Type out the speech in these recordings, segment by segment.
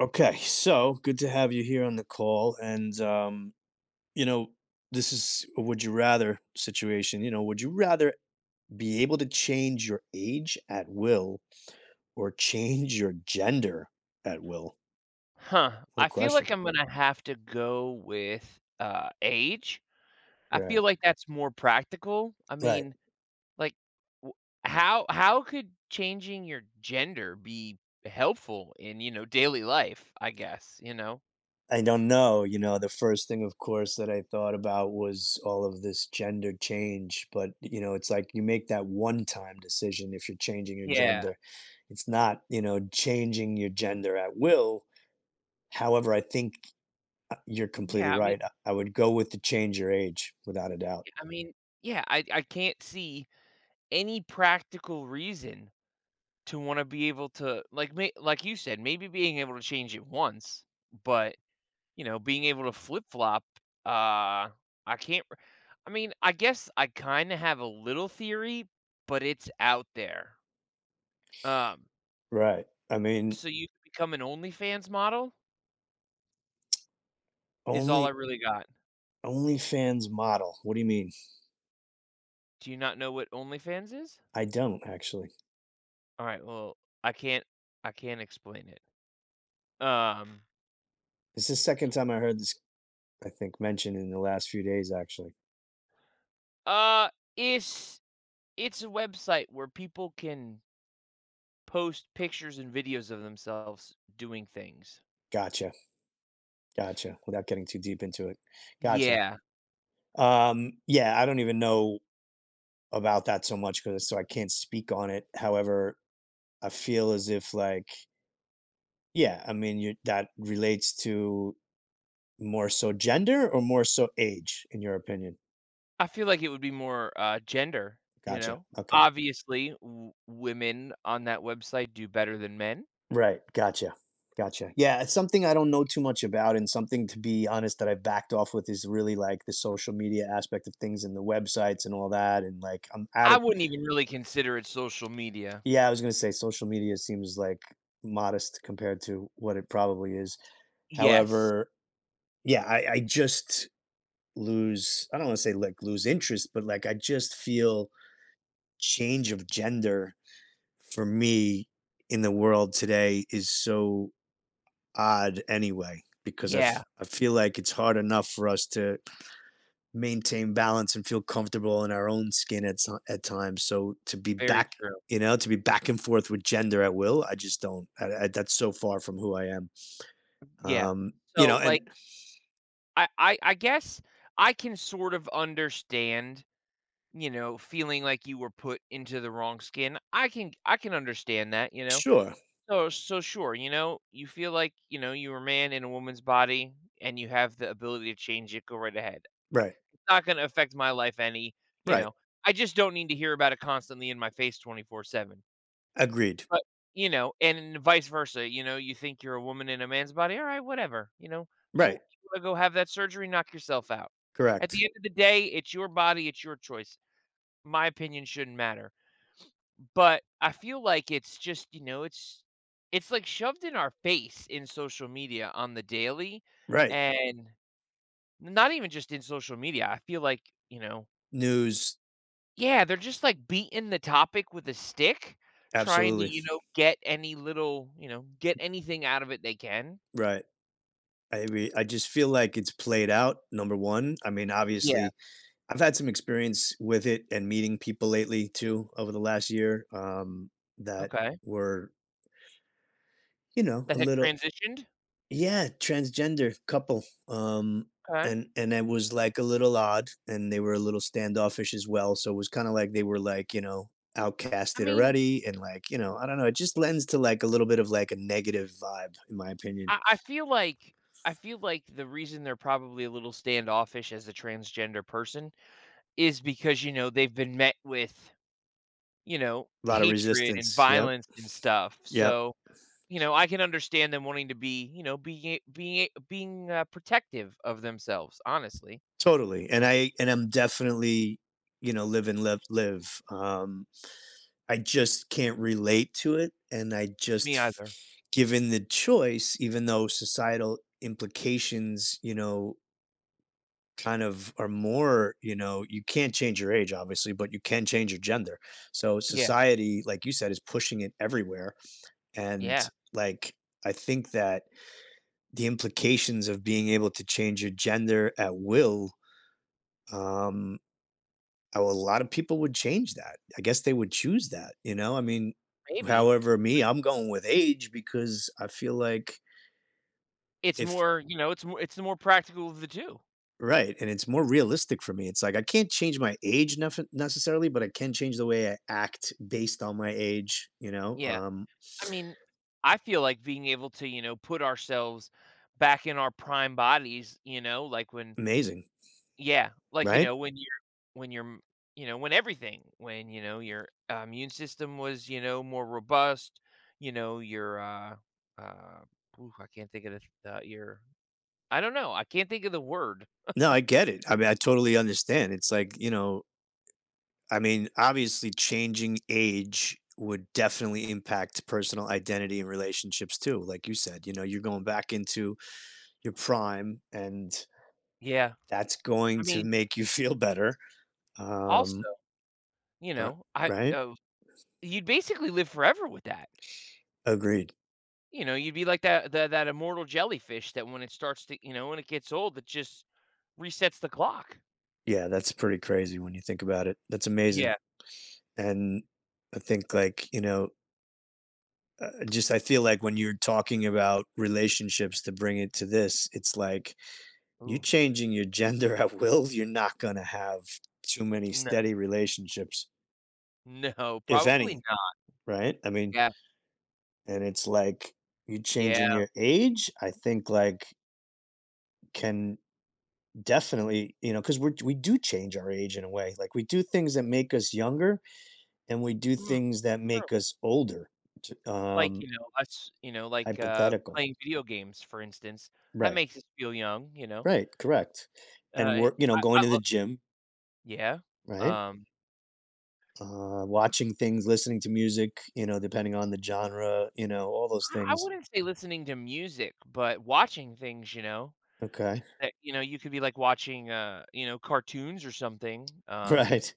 Okay, so good to have you here on the call. You know, this is a would you rather situation. Would you rather be able to change your age at will or change your gender at will? Huh, What a I feel question. like I'm gonna have to go with, age. I feel Right. like that's more practical. I Right. mean, like, w how could changing your gender be helpful in, you know, daily life, I guess, you know? I don't know. The first thing, of course, that I thought about was all of this gender change. But, it's like you make that one time decision if you're changing your Yeah. gender. It's not, changing your gender at will. However, I think you're Yeah, completely I mean right. I would go with the change your age without a doubt. I mean, yeah, I can't see any practical reason to wanna be able to like, may like you said, maybe being able to change it once, but you know, being able to flip flop, uh, I can't. I mean, I guess I kind of have a little theory, but it's out there. Um, Right. I mean, so you could become an OnlyFans model is all I only really got. OnlyFans model. What do you mean? Do you not know what OnlyFans is? I don't actually. All right, well, I can't. I can't explain it. Um, It's the second time I heard this, I think, mentioned in the last few days, actually. uh, it's it's a website where people can post pictures and videos of themselves doing things. Gotcha. Gotcha. Without getting too deep into it. Gotcha. Yeah, Yeah, I don't even know about that so much because so I can't speak on it. However, I feel as if like, yeah, I mean, you that relates to more so gender or more so age, in your opinion? I feel like it would be more, gender, you Gotcha. know? Okay. Obviously, w women on that website do better than men. Right. Gotcha. Gotcha. Yeah, it's something I don't know too much about, and something to be honest that I've backed off with is really like the social media aspect of things and the websites and all that. And like, I'm at I it. wouldn't even really consider it social media. Yeah, I was gonna say social media seems like modest compared to what it probably is. Yes. However, yeah, I just lose. I don't want to say like lose interest, but like I just feel change of gender for me in the world today is so odd anyway because Yeah, I feel like it's hard enough for us to maintain balance and feel comfortable in our own skin at times, so to be very back true. you know to be back and forth with gender at will. I just don't. That's so far from who I am. Yeah. You So, know like, and I guess I can sort of understand, you know, feeling like you were put into the wrong skin. I can understand that, you know? Sure. So sure, you know, you feel like, you know, you're a man in a woman's body and you have the ability to change it, go right ahead. I Right. It's not gonna affect my life any, you Right. know. I just don't need to hear about it constantly in my face 24/7. Agreed. But, you know, and vice versa, you know, you think you're a woman in a man's body, all right, whatever, you know. You, Right. you want to go have that surgery, knock yourself out. At Correct. the end of the day, it's your body, it's your choice. My opinion shouldn't matter. But I feel like it's just, you know, it's like shoved in our face in social media on the daily Right. and not even just in social media. I feel like, you know, News. yeah, they're just like beating the topic with a stick, trying to, Absolutely. you know, get any little, you know, get anything out of it they can. Right. I just feel like it's played out. Number one, I mean, Yeah. obviously, I've had some experience with it and meeting people lately too over the last year, that Okay. were, That a had little, transitioned. yeah, transgender couple, Okay. and it was like a little odd, and they were a little standoffish as well. So it was kind of like they were like, I outcasted mean, already, and like, I don't know. It just lends to like a little bit of like a negative vibe, in my opinion. I feel like the reason they're probably a little standoffish as a transgender person is because, you know, they've been met with, you know, A lot of hatred and resistance. Yep. violence and stuff. Yep. So, you know, I can understand them wanting to be, you know, being protective of themselves, honestly. Totally. And Yeah. I and I'm definitely, live and live. I just can't relate to it, and I just Me f either. given the choice, even though societal implications, kind of are more, you can't change your age, obviously, but you can change your gender. So Yeah. society, like you said, is pushing it everywhere. And Yeah. like I think that the implications of being able to change your gender at will, um, oh, a lot of people would change that. I guess they would choose that, you know? I mean, Maybe. however, me, I'm going with age because I feel like It's if more, you know, it's the more practical of the two. right, and it's more realistic for me. It's like I can't change my age necessarily, but I can change the way I act based on my age, you know? Yeah. I mean, I feel like being able to, you know, put ourselves back in our prime bodies, you know, like when Amazing, yeah, like, you right? know, when you're m you know, you know, your immune system was, you know, more robust, you know, your, uh, I can't think of the your I don't know, I can't think of the word. No, I get it. I mean, I totally understand. It's like, I mean, obviously changing age would definitely impact personal identity and relationships too. Like you said, you're going back into your prime, and Yeah, that's I going to mean, make you feel better. Um, also, you know, I right? oh, you'd basically live forever with that. Agreed. You know, you'd be like that immortal jellyfish that when it starts to you know, when it gets old, it just resets the clock. Yeah, that's pretty crazy when you think about it. That's Yeah. amazing. And I think, like, just I feel like when you're talking about relationships to bring it to this, it's like you Ooh, changing your gender at will, you're not going to have too many no, steady relationships, no, if probably any, not. right? I mean, Yeah, and it's like you changing yeah. your age, I think, like, can definitely, because 'cause we do change our age in a way, like, we do things that make us younger, and we do Mm, things that true. make us older, t Like, you know, us you know, like, hypothetical. playing video games, for instance, that Right, makes us feel young, you know? right, correct, Uh, and I we're, going I to the love. gym, Yeah. right? Um, Watching things, listening to music, depending on the genre, all those I things. wouldn't say listening to music, but watching things, you know, Okay. that, you know, you could be, like, watching, you know, cartoons or something, Right.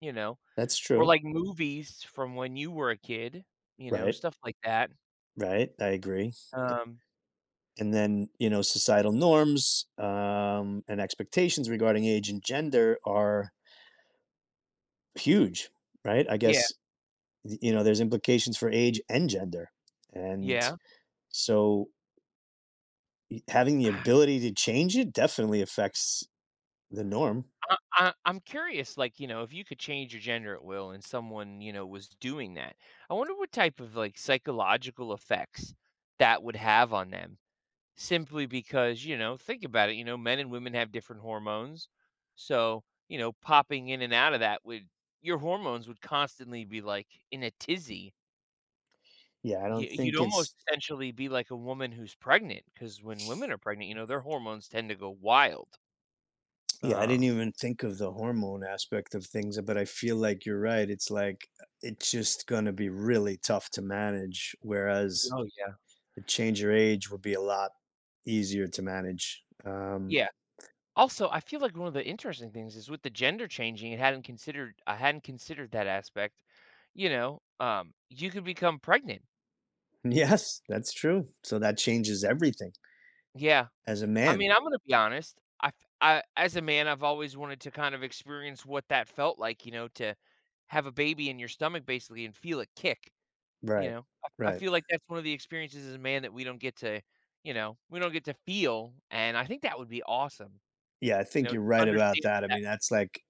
you know, That's or, true. like, movies from when you were a kid, you know, Right, stuff like that. right, I agree, a Um, and then, societal norms, and expectations regarding age and gender are huge, right? I yeah, guess you know there's implications for age and gender, and yeah. so having the ability to change it definitely affects the norm. I'm curious, like, you know, if you could change your gender at will and someone, you know, was doing that, I wonder what type of, like, psychological effects that would have on them simply because, you know, think about it, you know, men and women have different hormones. So, you know, popping in and out of that would your hormones would constantly be, like, in a tizzy. Yeah, I don't You'd think almost it's. essentially be like a woman who's pregnant, because when women are pregnant, you know, their hormones tend to go wild. Yeah, I didn't Um, even think of the hormone aspect of things, but I feel like you're right. It's like it's just going to be really tough to manage, whereas oh, yeah. the change your age would be a lot easier to manage. Yeah. Also, I feel like one of the interesting things is with the gender changing, it hadn't considered I hadn't considered that aspect. You know, you could become pregnant. yes, that's true. So that changes everything Yeah. as a I man. mean, I'm gonna be honest. As a man, I've always wanted to kind of experience what that felt like, you know, to have a baby in your stomach basically and feel it kick. You Right, know, I right. feel like that's one of the experiences as a man that we don't get to, you know, we don't get to feel. And I think that would be awesome, Yeah, I you know, think to you're right about understand that. I that mean, that's like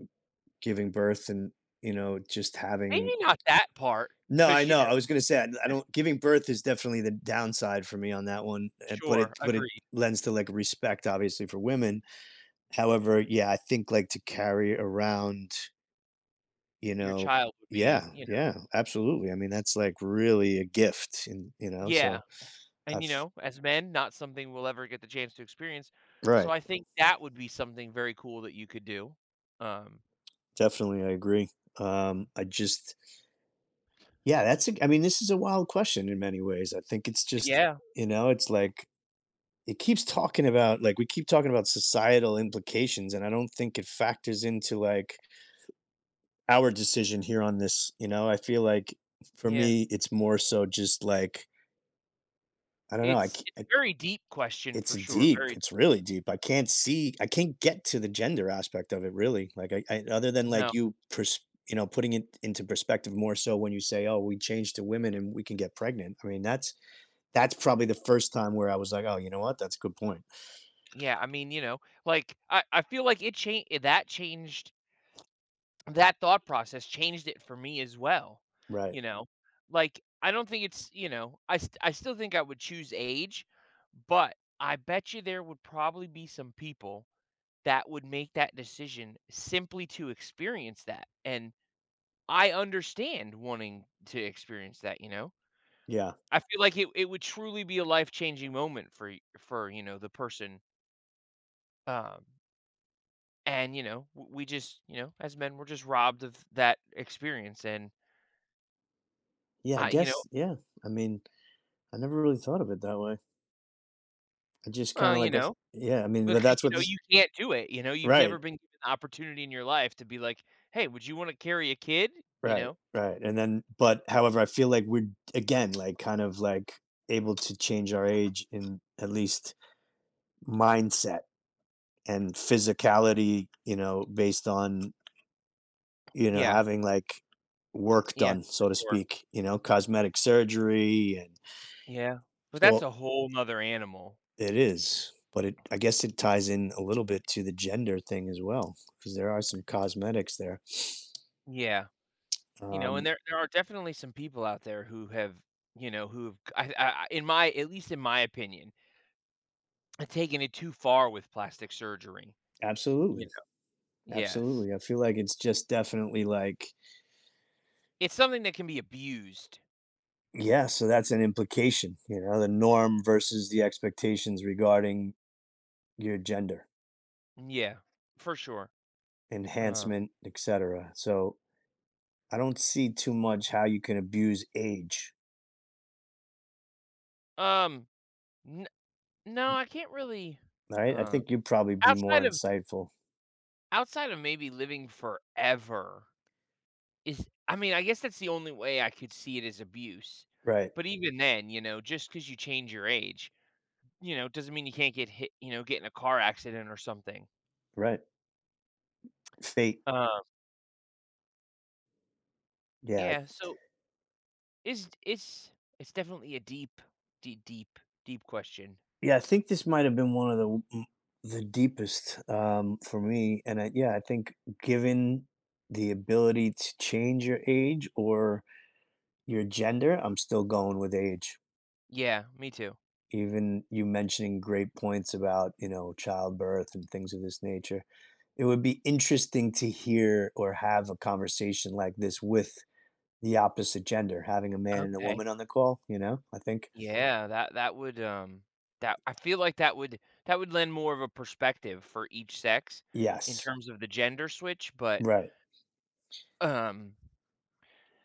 giving birth and, just maybe having. not that part No, I because, you know. know, I was gonna say, I don't, giving birth is definitely the downside for me on that one, eh, but sure, it agreed. lends to, like, respect, obviously, for women. However, yeah, I think, like, to carry around, you Your know child would be, Yeah, you know. yeah, absolutely. I mean, that's, like, really a gift and, Yeah, so and, you I've know, as men, not something we'll ever get the chance to experience, so Right. I think that would be something very cool that you could do. Um Definitely, I agree. I just Yeah, that's a I mean, this is a wild question in many ways. I think it's just, Yeah, it's like it keeps talking about like we keep talking about societal implications and I don't think it factors into like our decision here on this. I feel like for yeah. me it's more so just like I don't know. It's it's a very deep question It's for sure, deep. very deep. It's really deep. I can't get to the gender aspect of it really. Like I other than No. like putting it into perspective more so when you say, "Oh, we change to women and we can get pregnant." I mean, that's probably the first time where I was like, oh, you know what? That's a good point. Yeah, I mean, you know, like, I feel like it changed that changed that thought process changed it for me as well, Right. you know? Like, I don't think it's you know, I still think I would choose age, but I bet you there would probably be some people that would make that decision simply to experience that, and I understand wanting to experience that, you know? Yeah. I feel like it would truly be a life-changing moment for, you know, the person, um, and, you know, w we just you know, as men, we're just robbed of that experience, and Yeah. I I you know. guess. Yeah. I mean, I never really thought of it that way. I just kind Well, of you like, know, yeah. I mean, but because, that's you what know, this, you can't do it, you know, you've never right. been given the opportunity in your life to be like, "Hey, would you wanna carry a kid?" You Right. know? Right. And then, but however, I feel like we're, again, like kind of like able to change our age in at least mindset and physicality, based on, Yeah, having like work yeah, done, for so to sure. speak, cosmetic surgery and Yeah, but that's a all. whole whole 'nother animal. It is, but it I guess it ties in a little bit to the gender thing as well, because there are some cosmetics there. Yeah, you know, and Um, there are definitely some people out there who have, you know, who've I in my at least in my opinion, have taken it too far with plastic surgery. You absolutely, know? Yes. absolutely. I feel like it's just definitely like It's something that can be abused. yeah, so that's an implication, the norm versus the expectations regarding your gender, Yeah, for sure. Um, enhancement, etcetera. So, I don't see too much how you can abuse age, um No, I can't really, right? I uh, think you'd probably be outside more of insightful. outside of maybe living forever is I mean, I guess that's the only way I could see it as abuse, Right, but even then, you know, just because you change your age, you know, doesn't mean you can't get hit you know, get in a car accident or something. right. Fate. Um, Yeah, yeah, so is it's definitely a deep, deep, deep, deep question. yeah, I think this might have been one of the deepest, for me, and I yeah, I think given the ability to change your age or your gender, I'm still going with age. Yeah, me too. Even you mentioning great points about, childbirth and things of this nature. It would be interesting to hear or have a conversation like this with the opposite gender, having a man and a Okay. woman on the call, I think Yeah, that would, that I feel like that would lend more of a perspective for each sex in yes, terms of the gender switch, but, right. um,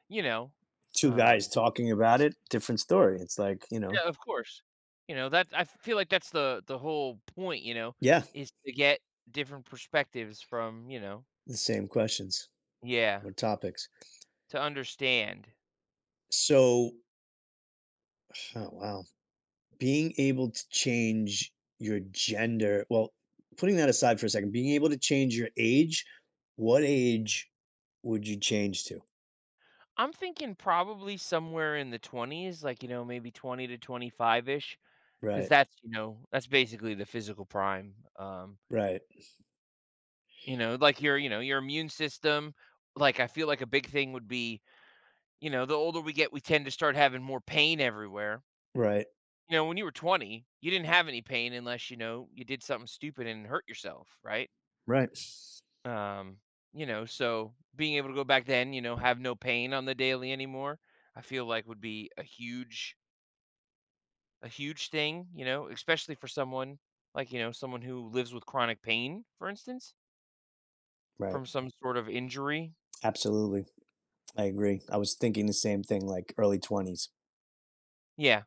you know, Two guys um talking about it, different story. It's like, yeah, of course. You know, that I feel like that's the whole point, you know, yeah, is to get different perspectives from, you know. the same questions Yeah, or topics. to understand. So, oh, wow, being able to change your gender, well, putting that aside for a second, being able to change your age, what age would you change to? I'm thinking probably somewhere in the 20s, like, you know, maybe 20 to 25 ish, because Right, that's, you know, that's basically the physical prime, right, you know, like your, you know, your immune system. Like I feel like a big thing would be, you know, the older we get, we tend to start having more pain everywhere. right, You know, when you were 20, you didn't have any pain unless, you know, you did something stupid and hurt yourself, right? right, Um, you know, so being able to go back then, you know, have no pain on the daily anymore, I feel like would be a huge thing, you know, especially for someone like, you know, someone who lives with chronic pain, for instance, right. from some sort of injury. Absolutely. I agree. I was thinking the same thing, like early 20s. Yeah,